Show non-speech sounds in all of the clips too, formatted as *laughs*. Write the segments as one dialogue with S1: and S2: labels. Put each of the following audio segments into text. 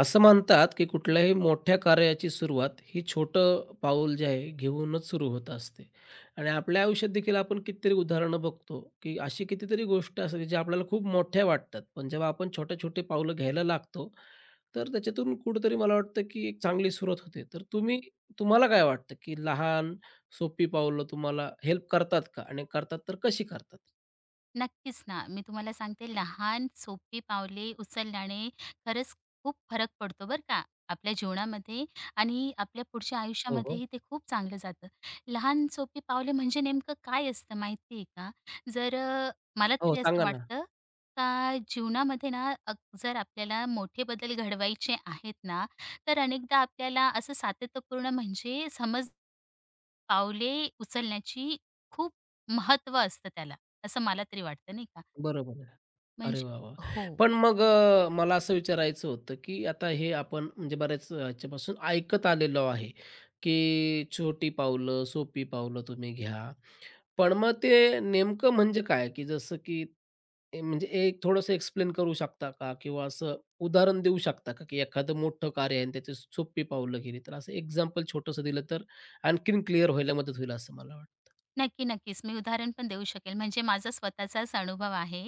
S1: असं म्हणतात, की कुठल्याही मोठ्या कार्याची सुरुवात ही छोटं पाऊल जे आहे घेऊनच सुरू होत असते. आणि आपल्या आयुष्यात देखील आपण कितीतरी उदाहरणं बघतो, की अशी कितीतरी गोष्ट असते, ज्या आपल्याला खूप मोठ्या वाटतात. पण जेव्हा आपण छोटे-छोटे पावलं घ्यायला लागतो, तर त्याच्यातून कुठेतरी मला वाटतं, की एक चांगली सुरुवात होते. तर तुम्हाला काय वाटतं, की लहान सोपी पावलं तुम्हाला हेल्प करतात का? आणि करतात तर कशी करतात?
S2: नक्कीच ना. मी तुम्हाला सांगते लहान सोपी पावले उचलल्याने खरंच खूप फरक पडतो बरं का, आपल्या जीवनामध्ये आणि आपल्या पुढच्या
S1: हो, हो.
S2: आयुष्यामध्येही ते खूप चांगलं जातं. लहान सोपी पावले म्हणजे नेमकं काय असतं माहिती आहे का? जर अ, मला
S1: हो,
S2: तरी असं
S1: सांगा ना.
S2: वाटतं का जीवनामध्ये ना. जर आपल्याला मोठे बदल घडवायचे आहेत ना, तर अनेकदा आपल्याला असं सातत्यपूर्ण म्हणजे पावले उचलण्याची खूप महत्त्व असतं त्याला, असं मला तरी वाटतं नाही का?
S1: बरोबर. अरे
S2: म्हणजे
S1: वाह, वाह!
S2: हो.
S1: पण मग मला असं विचारायचं होतं, की आता हे आपण म्हणजे बऱ्याच ह्याच्यापासून ऐकत आलेलो आहे, की छोटी पावलं, सोपी पावलं तुम्ही घ्या. पण मग ते नेमकं म्हणजे काय? की जसं की म्हणजे एक थोडंसं एक्सप्लेन करू शकता का? किंवा असं उदाहरण देऊ शकता का? की एखादं मोठं कार्य आहे आणि त्याची सोपी पावलं गेली, तर असं एक्झाम्पल छोटंसं दिलं तर आणखीन क्लिअर व्हायला मदत होईल असं मला वाटतं.
S2: नक्की, नक्कीच. मी उदाहरण पण देऊ शकेल. म्हणजे माझा स्वतःचाच अनुभव आहे.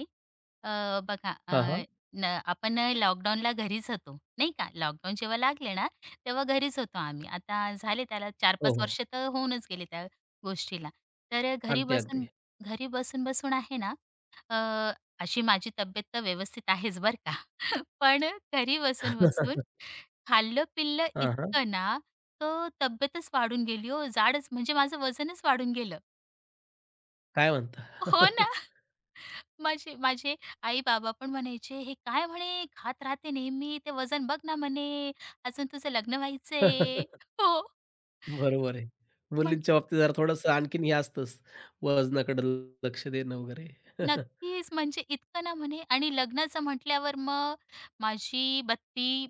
S2: अ, बघा. अ,
S1: हां, हां.
S2: न आपण लॉकडाऊनला घरीच होतो, नाही का. लॉकडाऊन जेव्हा लागले ना, तेव्हा घरीच होतो आम्ही. आता झाले त्याला
S1: हो,
S2: 4-5
S1: हो.
S2: वर्ष तर होऊनच गेले त्या गोष्टीला. तर घरी
S1: अगदी,
S2: बसून
S1: अगदी.
S2: घरी बसून-बसून आहे ना. अ, अशी माझी तब्येत तर व्यवस्थित आहेच बरं का. *laughs* पण घरी बसून-बसून
S1: *laughs*
S2: खाल्लं-पिल्लं
S1: हां, हां.
S2: इतकं ना, तर तब्येतच वाढून गेली हो. जाडच म्हणजे माझं वजनच वाढून गेलं.
S1: काय म्हणता?
S2: हो
S1: *laughs*
S2: ना. माझे माझे आई-बाबा पण म्हणायचे, "हे काय म्हणे खात राहते नेहमी, ते वजन बघ ना," म्हणे, "अजून तुझं लग्न व्हायचंय."
S1: *laughs*
S2: हो.
S1: बरोबर आहे.
S2: म्हट
S1: मुलींच्या बाबतीत जरा थोडंसं आणखीन हे असतंच, वजनाकडे लक्ष देणं वगैरे. *laughs*
S2: नक्कीच. म्हणजे इतकं ना म्हणे आणि लग्नाचं म्हटल्यावर मग माझी बत्ती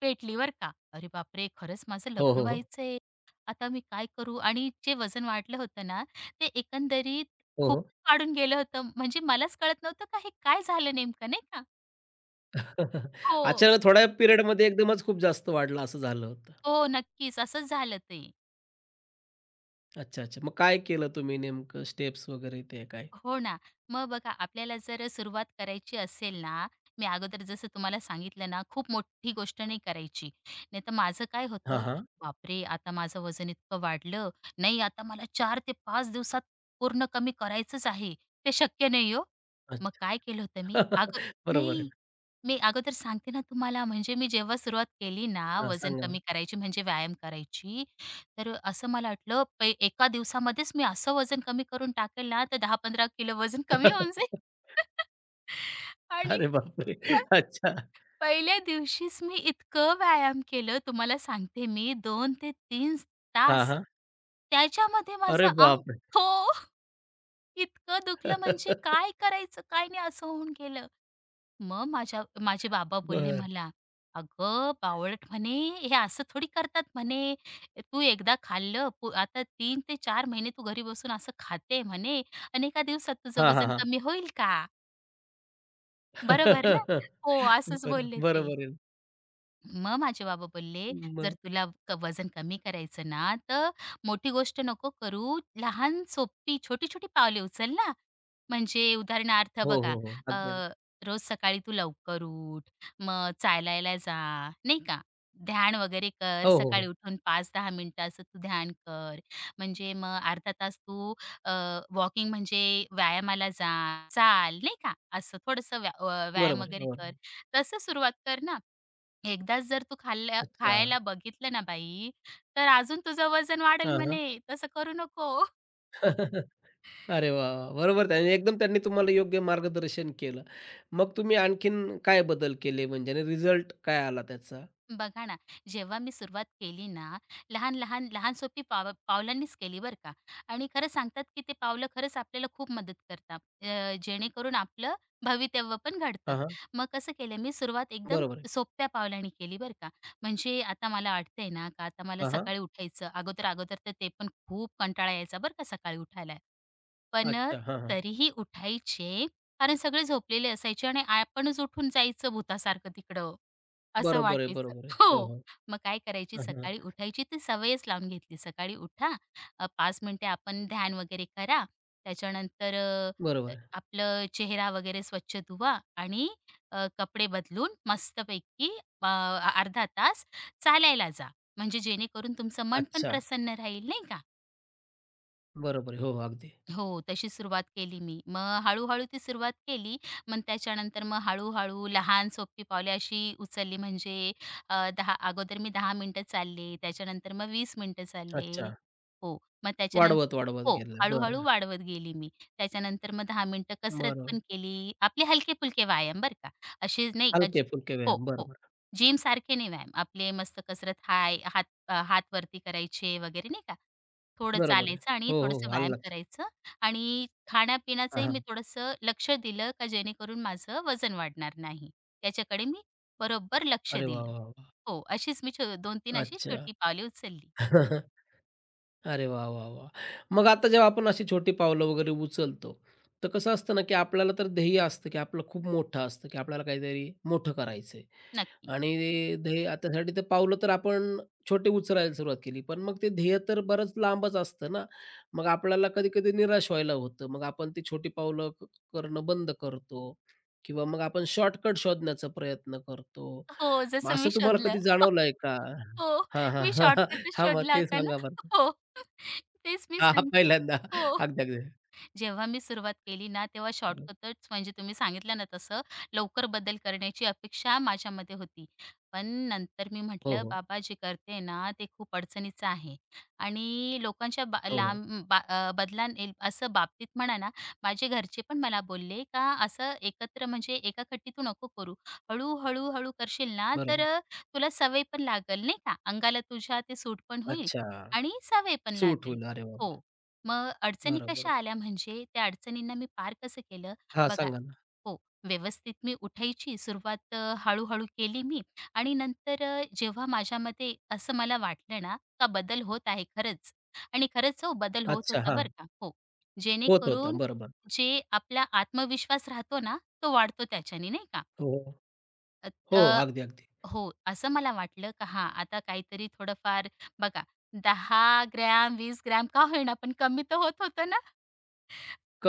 S2: पेटली बरं का. अरे बापरे! खरंच माझं
S1: हो,
S2: लग्न
S1: हो, हो.
S2: व्हायचंय. आता मी काय करू? आणि जे वजन वाढलं होतं ना, ते एकंदरीत
S1: हो, हो.
S2: खूपच वाढून गेलं होतं. म्हणजे मलाच कळत नव्हतं का हे काय झालं नेमकं, नाही का?
S1: *laughs*
S2: हो.
S1: अचानक थोड्या पिरियडमध्ये एकदमच खूप जास्त वाढलं असं झालं होतं.
S2: हो, नक्कीच. असंच झालं ते.
S1: अच्छा, अच्छा. मग काय केलं तुम्ही नेमकं स्टेप्स वगैरे ते काय?
S2: हो ना. मग बघा आपल्याला जर सुरुवात करायची असेल ना, मी अगोदर जसं तुम्हाला सांगितलं ना, खूप मोठी गोष्ट नाही करायची. नाहीतर माझं काय
S1: हां,
S2: होतं,
S1: हां.
S2: बापरे! आता माझं वजन इतकं वाढलं. नाही आता मला 4 ते 5 दिवसात पूर्ण कमी करायचंच आहे. ते शक्य नाही हो. मग काय
S1: अच्छा.
S2: केलं होतं मी अगो
S1: *laughs* बरोबर आहे
S2: नाही.
S1: ना.
S2: मी अगोदर सांगते ना तुम्हाला, म्हणजे मी जेव्हा सुरुवात केली ना,
S1: हां,
S2: वजन
S1: सांगा ना.
S2: कमी करायची म्हणजे व्यायाम करायची, तर असं मला वाटलं एका दिवसामध्येच मी असं वजन कमी करून टाकेल ना, तर 10 15 किलो वजन कमी होऊन जाईल.
S1: *laughs*
S2: *laughs* आणि
S1: अरे बापरे!
S2: पण
S1: अच्छा.
S2: पहिल्या दिवशीच मी इतकं व्यायाम केलं, तुम्हाला सांगते मी 2 ते 3
S1: हां,
S2: तास.
S1: हां.
S2: त्याच्यामध्ये
S1: अरे
S2: माझं अंग
S1: बापरे!
S2: हो. *laughs* इतकं दुखलं म्हणजे
S1: *laughs*
S2: काय करायचं, काय नाही असं होऊन गेलं. मग माझे बाबा बोलले
S1: बरं.
S2: मला, "अगं बावळट म्हणे, हे असं थोडी करतात म्हणे. तू एकदा खाल्लं, आता 3 ते 4 महिने तू घरी बसून असं खाते म्हणे आणि एका दिवसात तुझं
S1: हां, हां,
S2: वजन
S1: हां.
S2: कमी होईल का? बरोबर ना?" हो, असंच
S1: बरं. *laughs*
S2: बोलले ते.
S1: बरोबर आहे.
S2: मग माझे बाबा बोलले, "जर तुला वजन कमी करायचं ना, तर मोठी गोष्ट नको करू. लहान, सोपी, छोटी-छोटी पावले उचल ना. म्हणजे उदाहरणार्थ
S1: हो,
S2: बघा,
S1: हो, हो.
S2: अ,
S1: अगदी, अगदी.
S2: रोज सकाळी तू लवकर उठ, मग चालायला जा, नाही का? ध्यान वगैरे कर.
S1: हो, हो,
S2: सकाळी
S1: हो.
S2: उठून 5-10 मिनिटाचं तू ध्यान कर. म्हणजे मग अर्धा तास तू वॉकिंग म्हणजे व्यायामाला जा, चाल, नाही का? असं थोडंसं व्यायाम
S1: बरोबर आहे.
S2: वगैरे
S1: बरोबर.
S2: कर.
S1: आहे.
S2: तसं सुरुवात कर ना. एकदाच जर तू खाल्ल्या
S1: अच्छा.
S2: खायला बघितलं ना बाई, तर अजून तुझं वजन वाढेल
S1: हां, हां.
S2: म्हणे, तसं करू नको."
S1: *laughs* अरे वाह, वाह! बरोबर आहे आणि एकदम त्यांनी तुम्हाला योग्य मार्गदर्शन केलं. मग तुम्ही आणखीन काय बदल केले म्हणजे आणि रिझल्ट काय आला त्याचा?
S2: बघा ना, जेव्हा मी सुरुवात केली ना, लहान लहान सोपी पावलांनीच केली बरं का आणि खरं सांगतात, की ते पावलं खरंच आपल्याला खूप मदत करतात. जेणेकरून आपलं भवितव्य पण घडतं.
S1: हां, हां.
S2: मग कसं केलं मी सुरुवात एकदम
S1: बरोबर आहे.
S2: सोप्या पावलांनी केली बरं का. म्हणजे आता मला वाटतंय ना, का आता मला
S1: हां, हां.
S2: सकाळी उठायचं अगोदर-अगोदर तर ते पण खूप कंटाळा यायचा बरं का सकाळी उठायला. पण
S1: अच्छा. हां, हां.
S2: तरीही उठायचे, कारण सगळे झोपलेले असायचे आणि आपणच उठून जायचं भुतासारखं तिकडं, असं
S1: बरोबर आहे,
S2: वाटायचं.
S1: बरोबर आहे. हो,
S2: हो,
S1: हो.
S2: मग काय करायची
S1: हां, हां.
S2: सकाळी उठायची ती सवयच लावून घेतली. सकाळी उठा. 5 मिनिटे आपण ध्यान वगैरे करा. त्याच्यानंतर अ,
S1: बरोबर
S2: अ,
S1: आहे.
S2: आपलं चेहरा वगैरे स्वच्छ धुवा आणि कपडे बदलून मस्तपैकी अ, अर्धा तास चालायला जा. म्हणजे जेणेकरून तुमचं मन पण
S1: अच्छा.
S2: प्रसन्न राहील, नाही का?
S1: बरोबर आहे. हो, हो. अगदी.
S2: हो, तशी सुरुवात केली मी. मग हळू-हळू ती सुरुवात केली. मग त्याच्यानंतर मग हळू लहान सोपी पावले अशी उचलली म्हणजे 10 अगोदर मी 10 मिनिटं चालले, त्याच्यानंतर मग 20 मिनिटं चालले.
S1: अच्छा.
S2: हो, मग त्याच्यानंतर
S1: वाढवत, वाढवत
S2: हो,
S1: गेलं.
S2: हळू
S1: बरं,
S2: वाढवत गेली मी. त्याच्यानंतर मग 10 मिनिटं कसरत
S1: बरं.
S2: पण केली. आपले हलके-फुलके व्यायाम बरं का. असे नाही का?
S1: हलके-फुलके
S2: हो,
S1: व्यायाम.
S2: हो.
S1: बरोबर,
S2: जिमसारखे नाही व्यायाम. आपले मस्त कसरत हात वरती करायचे वगैरे नाही का. थोडं
S1: बरोबर आहे.
S2: चालायचं आणि
S1: हो, हो,
S2: थोडंसं
S1: हो. आलं
S2: व्यायाम
S1: लक्षात.
S2: करायचं. आणि
S1: हां,
S2: खाण्यापिण्याचंही मी
S1: हां.
S2: थोडंसं लक्ष दिलं का जेणेकरून माझं वजन वाढणार नाही. त्याच्याकडे मी बरोबर लक्ष
S1: अरे वाह,
S2: दिलं.
S1: वाह, वाह!
S2: हो, अशीच मी 2-3 अशी
S1: अच्छा.
S2: छोटी पावले उचलली.
S1: *laughs* अरे वाह, वाह, वाह! मग आता जेव्हा आपण अशी छोटी पावलं वगैरे उचलतो, तर कसं असतं ना, की आपल्याला तर ध्येय असतं, की आपलं खूप मोठं असतं, की आपल्याला काहीतरी मोठं करायचंय
S2: नक्की.
S1: आणि त्यासाठी ते पावलं तर आपण छोटे उचलायला सुरुवात केली. पण मग ते ध्येय तर बरंच लांबच असतं ना. मग आपल्याला कधी-कधी निराश व्हायला होतं. मग आपण ती छोटी पावलं करणं बंद करतो किंवा मग आपण शॉर्टकट शोधण्याचा प्रयत्न करतो.
S2: हो,
S1: मग
S2: जसं
S1: असं
S2: मी
S1: तुम्हाला
S2: शोधलं.
S1: कधी
S2: *laughs*
S1: जाणवलंय का?
S2: हो,
S1: हां,
S2: मी
S1: हां.
S2: शॉर्टकटच
S1: हां, मग
S2: शोधला
S1: ते
S2: होता ना.
S1: सांगा बरं?
S2: हो, तेच मी
S1: हां, हां.
S2: सांगते.
S1: पहिल्यांदा.
S2: हो.
S1: अगदी, अगदी.
S2: जेव्हा मी सुरुवात केली ना, तेव्हा शॉर्टकटच म्हणजे तुम्ही सांगितलं ना तसं, लवकर बदल करण्याची अपेक्षा माझ्यामध्ये होती. पण नंतर मी
S1: हो,
S2: म्हटलं,
S1: हो.
S2: "बाबा जे करते ना, ते खूप अडचणीचं आहे." आणि लोकांच्या बा
S1: हो, हो.
S2: लांब बा अ, बदला असं बाबतीत म्हणा ना, माझे घरचे पण मला बोलले का, "असं एकत्र म्हणजे एका खट्टी तू नको करू. हळू हळू करशील ना, तर
S1: बरोबर.
S2: तुला सवय पण लागेल नाही का? अंगाला तुझ्या ते सूट पण होईल
S1: अच्छा.
S2: आणि सवय पण
S1: सूट
S2: लागेल."
S1: होईल. अरे वाह! वाह!
S2: हो. मग अडचणी
S1: बरं,
S2: कशा
S1: बरं.
S2: आल्या म्हणजे त्या अडचणींना मी पार कसं केलं?
S1: हां,
S2: बघा
S1: सांगा ना.
S2: हो, व्यवस्थित मी उठायची सुरुवात हळू केली मी आणि नंतर जेव्हा माझ्यामध्ये असं मला वाटलं ना, का बदल होत आहे खरंच आणि खरंच हो, बदल होत
S1: अच्छा,
S2: होता
S1: हां.
S2: बरं का. हो,
S1: होत होतं.
S2: जेणेकरून
S1: बरोबर.
S2: जे आपला आत्मविश्वास राहतो ना, तो वाढतो त्याच्याने नाही का.
S1: हो, हो.
S2: अ,
S1: हो,
S2: अ,
S1: अगदी, अगदी.
S2: हो, असं मला वाटलं का हां, आता काहीतरी थोडंफार बघा 10 ग्रॅम, 20 ग्रॅम का होईना, पण कमी तर होत होतं ना.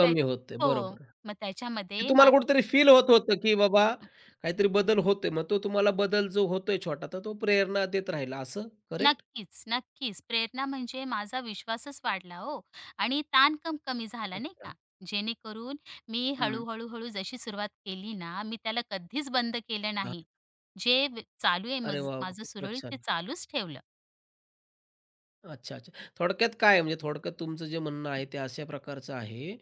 S2: त्याच
S1: होतंय.
S2: हो.
S1: बरोबर.
S2: मग
S1: ते
S2: त्याच्यामध्ये मा
S1: तुम्हाला कुठेतरी फील होत होतं, की बाबा काहीतरी बदल होतोय. मग तो तुम्हाला बदल जो होतोय छोटा, तर तो प्रेरणा देत राहिला. असं करेक्ट?
S2: नक्कीच, नक्कीच. प्रेरणा म्हणजे माझा विश्वासच वाढला हो आणि ताण कमी झाला नाही
S1: अच्छा.
S2: का. जेणेकरून मी
S1: हं.
S2: हळू-हळू जशी सुरुवात केली ना, मी त्याला कधीच बंद केलं
S1: हां.
S2: नाही. जे चालू आहे
S1: अरे वाह! वाह!
S2: माझं
S1: खूपच
S2: सुरळीत ते
S1: छान.
S2: चालूच ठेवलं.
S1: अच्छा, अच्छा. थोडक्यात काय आहे, म्हणजे थोडक्यात तुमचं जे म्हणणं आहे ते अशा प्रकारचं आहे,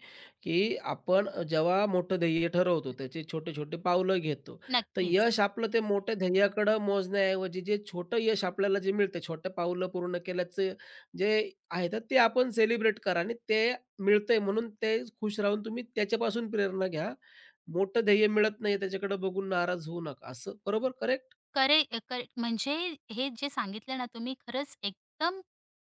S1: की आपण जेव्हा मोठं ध्येय ठरवतो, त्याचे छोटे-छोटे पावलं घेतो. तर
S2: नक्कीच.
S1: यश आपलं ते मोठ्या ध्येयाकडं मोजण्याऐवजी जे छोटं यश आपल्याला जे मिळतं, छोटं पावलं पूर्ण केल्याचं जे आहे तर ते आपण सेलिब्रेट करा आणि ते मिळतंय म्हणून ते खुश राहून तुम्ही त्याच्यापासून प्रेरणा घ्या. मोठं ध्येय मिळत नाही त्याच्याकडे बघून नाराज होऊ नका. असं बरोबर, करेक्ट?
S2: करे अ, कर म्हणजे हे जे सांगितलं ना तुम्ही खरंच एकदम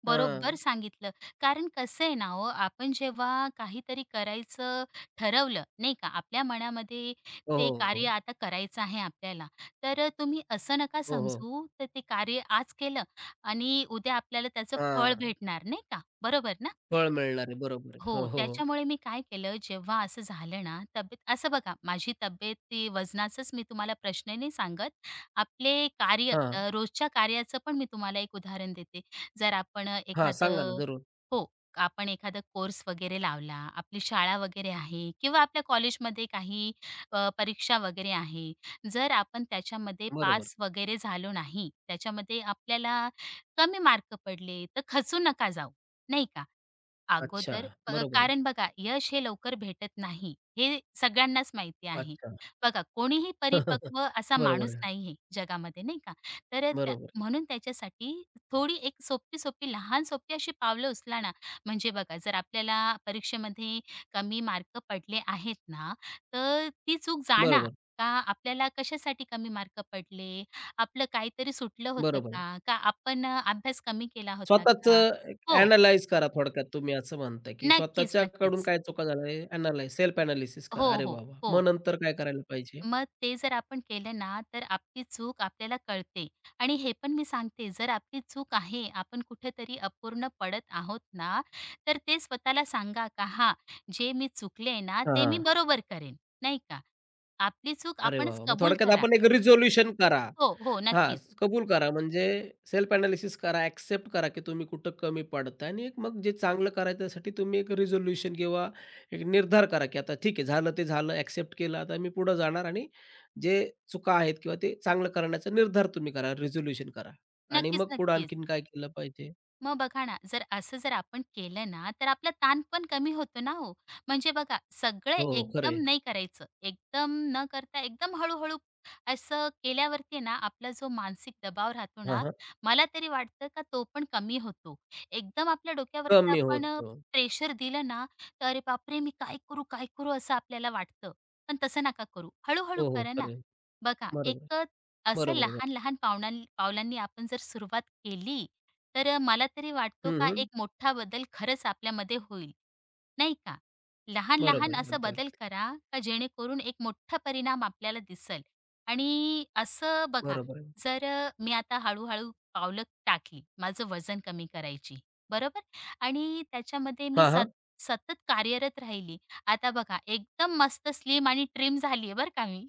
S2: बरोबर
S1: हां.
S2: सांगितलं. कारण कसं आहे ना हो, आपण जेव्हा काहीतरी करायचं ठरवलं, नाही का, आपल्या मनामध्ये
S1: हो,
S2: ते
S1: हो,
S2: कार्य
S1: हो.
S2: आता करायचं आहे आपल्याला, तर तुम्ही असं नका
S1: हो, हो.
S2: समजू, तर ते कार्य आज केलं आणि उद्या आपल्याला त्याचं फळ
S1: हां.
S2: भेटणार, नाही का? बरोबर ना?
S1: फळ मिळणार आहे. बरोबर आहे. हो,
S2: हो,
S1: हो, हो.
S2: त्याच्यामुळे मी काय केलं, जेव्हा असं झालं ना, तब्येत असं बघा, माझी तब्येत ती वजनाचंच मी तुम्हाला प्रश्न नाही सांगत. आपले कार्य,
S1: हां.
S2: रोजच्या कार्याचं पण मी तुम्हाला एक उदाहरण देते. जर आपण अ,
S1: हां, सांगा ना
S2: एखादं
S1: जरूर.
S2: हो, आपण एखादा कोर्स वगैरे लावला, आपली शाळा वगैरे आहे किंवा आपल्या कॉलेजमध्ये काही परीक्षा वगैरे आहे. जर आपण त्याच्यामध्ये
S1: बरोबर.
S2: पास वगैरे झालो नाही, त्याच्यामध्ये आपल्याला कमी मार्क पडले, तर खचू नका जाऊ, नाही का?
S1: अच्छा. बरोबर आहे.
S2: कारण बघा यश हे लवकर भेटत नाही, हे सगळ्यांनाच माहिती आहे.
S1: अच्छा.
S2: बघा कोणीही
S1: *laughs*
S2: परिपक्व असा
S1: बरोबर
S2: माणूस
S1: आहे.
S2: नाहीये जगामध्ये नाही का? तर
S1: बरोबर आहे.
S2: म्हणून त्याच्यासाठी थोडी एक सोपी-सोपी, लहान-सोपी अशी पावलं उचला ना. म्हणजे बघा जर आपल्याला परीक्षेमध्ये कमी मार्क पडले आहेत ना, तर ती चूक
S1: बरोबर.
S2: का आपल्याला कशासाठी कमी मार्क पडले? आपलं काहीतरी सुटलं होतं
S1: बरोबर आहे.
S2: का? का आपण अभ्यास कमी केला होता का?
S1: स्वतःचं
S2: हो.
S1: एनालाइज करा थोडक्यात तुम्ही असं म्हणताय, की
S2: नक्कीच,
S1: स्वतःच्याकडून
S2: नक्कीच.
S1: काय चुका झाल्या एनालाइज सेल्फ एनालिसिस करा.
S2: हो,
S1: अरे
S2: हो,
S1: वाह, वाह!
S2: हो.
S1: मग नंतर काय करायला पाहिजे?
S2: मग ते जर आपण केलं ना, तर आपली चूक आपल्याला कळते. आणि हे पण मी सांगते, जर आपली चूक आहे, आपण कुठेतरी अपूर्ण पडत आहोत ना, तर ते स्वतःला सांगा का "हां, जे मी चुकले ना,
S1: हां,
S2: ते मी
S1: हां.
S2: बरोबर करेन." नाही का? आपली चूक
S1: अरे वाह,
S2: आपणच
S1: वाह! मग
S2: कबूल
S1: थोडक्यात
S2: करा.
S1: आपण एक रिझोल्यूशन करा.
S2: हो, हो.
S1: हां,
S2: नक्कीच.
S1: कबूल करा म्हणजे सेल्फ एनालिसिस करा, एक्सेप्ट करा, की तुम्ही कुठं कमी पडताय आणि एक मग जे चांगलं करायचं त्यासाठी तुम्ही एक रिझोल्यूशन किंवा एक निर्धार करा, की आता ठीक आहे झालं ते झालं, एक्सेप्ट केलं, आता मी पुढे जाणार आणि जे चुका आहेत किंवा ते चांगलं करण्याचा निर्धार तुम्ही करा, रिझोल्यूशन करा आणि
S2: नक्कीच,
S1: मग पुढे
S2: नक्कीच.
S1: आणखीन काय केलं पाहिजे?
S2: मग बघा ना, जर असं जर आपण केलं ना, तर आपला ताण पण कमी होतो ना हो. म्हणजे बघा, सगळे
S1: हो, हो, खरं
S2: एकदम
S1: आहे.
S2: नाही करायचं. एकदम न करता एकदम हळू-हळू असं केल्यावरती ना, आपला जो मानसिक दबाव राहतो ना,
S1: हां,
S2: मला तरी वाटतं का तो पण कमी होतो. एकदम आपल्या डोक्यावरती
S1: कमी
S2: आपण
S1: होतो.
S2: प्रेशर दिलं ना, तर "अरे बापरे! मी काय करू, काय करू?" असं आपल्याला वाटतं. पण तसं नका करू. हळू
S1: हो, हो,
S2: करा
S1: खरं.
S2: ना.
S1: बरोबर आहे.
S2: बघा,
S1: बरोबर
S2: एक असं
S1: आहे. बरोबर.
S2: लहान-लहान पावलांनी आपण जर सुरुवात केली, तर मला तरी वाटतो
S1: हं,
S2: का
S1: हं.
S2: एक मोठा बदल खरंच आपल्यामध्ये होईल, नाही का?
S1: बरोबर
S2: लहान-लहान
S1: आहे.
S2: असा
S1: अगदी,
S2: बदल
S1: अगदी.
S2: करा का जेणेकरून एक मोठा परिणाम आपल्याला दिसल, आणि असं बघा,
S1: बरोबर आहे.
S2: जर मी आता हळू-हळू पावलं टाकली, माझं वजन कमी करायची, बरोबर? आणि त्याच्यामध्ये मी
S1: हां, हां.
S2: सतत कार्यरत राहिली. आता बघा एकदम मस्त स्लिम आणि ट्रिम झाली आहे बरं का मी.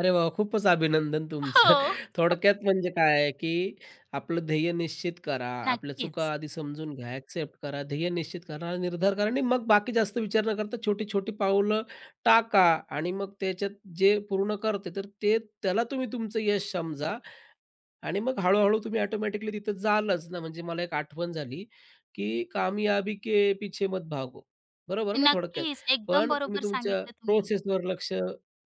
S1: अरे वाह! खूपच अभिनंदन तुमचं.
S2: हो.
S1: *laughs* थोडक्यात म्हणजे काय आहे, की आपलं ध्येय निश्चित करा, आपल्या चुका
S2: नक्कीच,
S1: आधी समजून घ्या, ॲक्सेप्ट करा, ध्येय निश्चित करा, निर्धार करा आणि मग बाकी जास्त विचार न करता छोटी-छोटी पाऊलं टाका आणि मग त्याच्यात जे पूर्ण करते, तर ते त्याला तुम्ही तुमचं यश समजा आणि मग हळू-हळू तुम्ही ऑटोमॅटिकली तिथं जालच ना, म्हणजे मला एक आठवण झाली, की कामयाबी के पीछे मत भागो. बरोबर ना थोडक्यात?
S2: नक्कीच. एकदम
S1: पण तुम्ही
S2: बरोबर
S1: तुमच्या
S2: सांगितलं तुम्ही.
S1: प्रोसेसवर लक्ष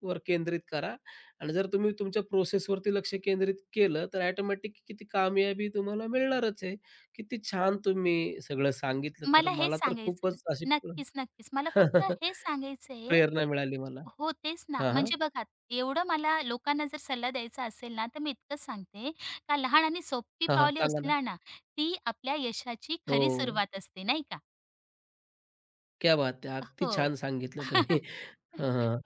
S1: वर केंद्रित करा आणि जर तुम्ही तुमच्या प्रोसेसवरती लक्ष केंद्रित केलं, तर ऑटोमॅटिक किती कामयाबी तुम्हाला मिळणारच आहे. किती छान तुम्ही सगळं सांगितलं, तर
S2: मला हेच
S1: मला तर
S2: सांगायचं
S1: खूपच अशी
S2: नक्कीच, नक्कीच. मला फक्त
S1: *laughs*
S2: हेच सांगायचंय
S1: प्रेरणा मिळाली मला.
S2: हो, तेच ना.
S1: हां, हां.
S2: म्हणजे बघा, एवढं मला लोकांना जर सल्ला द्यायचा असेल ना, तर मी इतकंच सांगते का लहान आणि सोपी
S1: हां, हां.
S2: पावले
S1: सांगा ना.
S2: उचला ना, ती आपल्या यशाची खरी
S1: हो.
S2: सुरुवात असते, नाही का?
S1: क्या बात है! अगदी
S2: हो.
S1: छान सांगितलं तुम्ही.
S2: *laughs*
S1: हां, हां.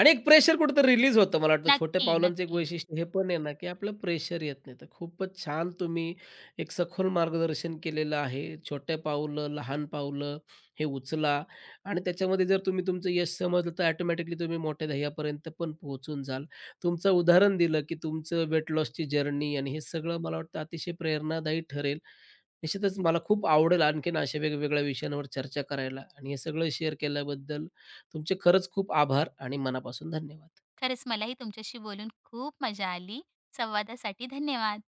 S1: आणि एक प्रेशर कुठेतरी रिलीज होतं. मला वाटतं छोट्या
S2: नक्की,
S1: पावलांचं एक
S2: नक्की.
S1: वैशिष्ट्य हे पण आहे ना, की आपलं प्रेशर येत नाही. तर खूपच छान तुम्ही एक सखोल मार्गदर्शन केलेलं आहे. छोटे पावलं, लहान पावलं हे उचला आणि त्याच्यामध्ये जर तुम्ही तुमचं यश समजलं, तर ऑटोमॅटिकली तुम्ही मोठ्या ध्येयापर्यंत पण पोहोचून जाल. तुमचं उदाहरण दिलं, की तुमचं वेट लॉसची जर्नी आणि हे सगळं मला वाटतं अतिशय प्रेरणादायी ठरेल. निश्चितच मला खूप आवडेल आणखीन अशा वेगवेगळ्या विषयांवर चर्चा करायला आणि हे सगळं शेअर केल्याबद्दल तुमचे खरंच खूप आभार आणि मनापासून धन्यवाद.
S2: खरंच मलाही तुमच्याशी बोलून खूप मजा आली. संवादासाठी धन्यवाद.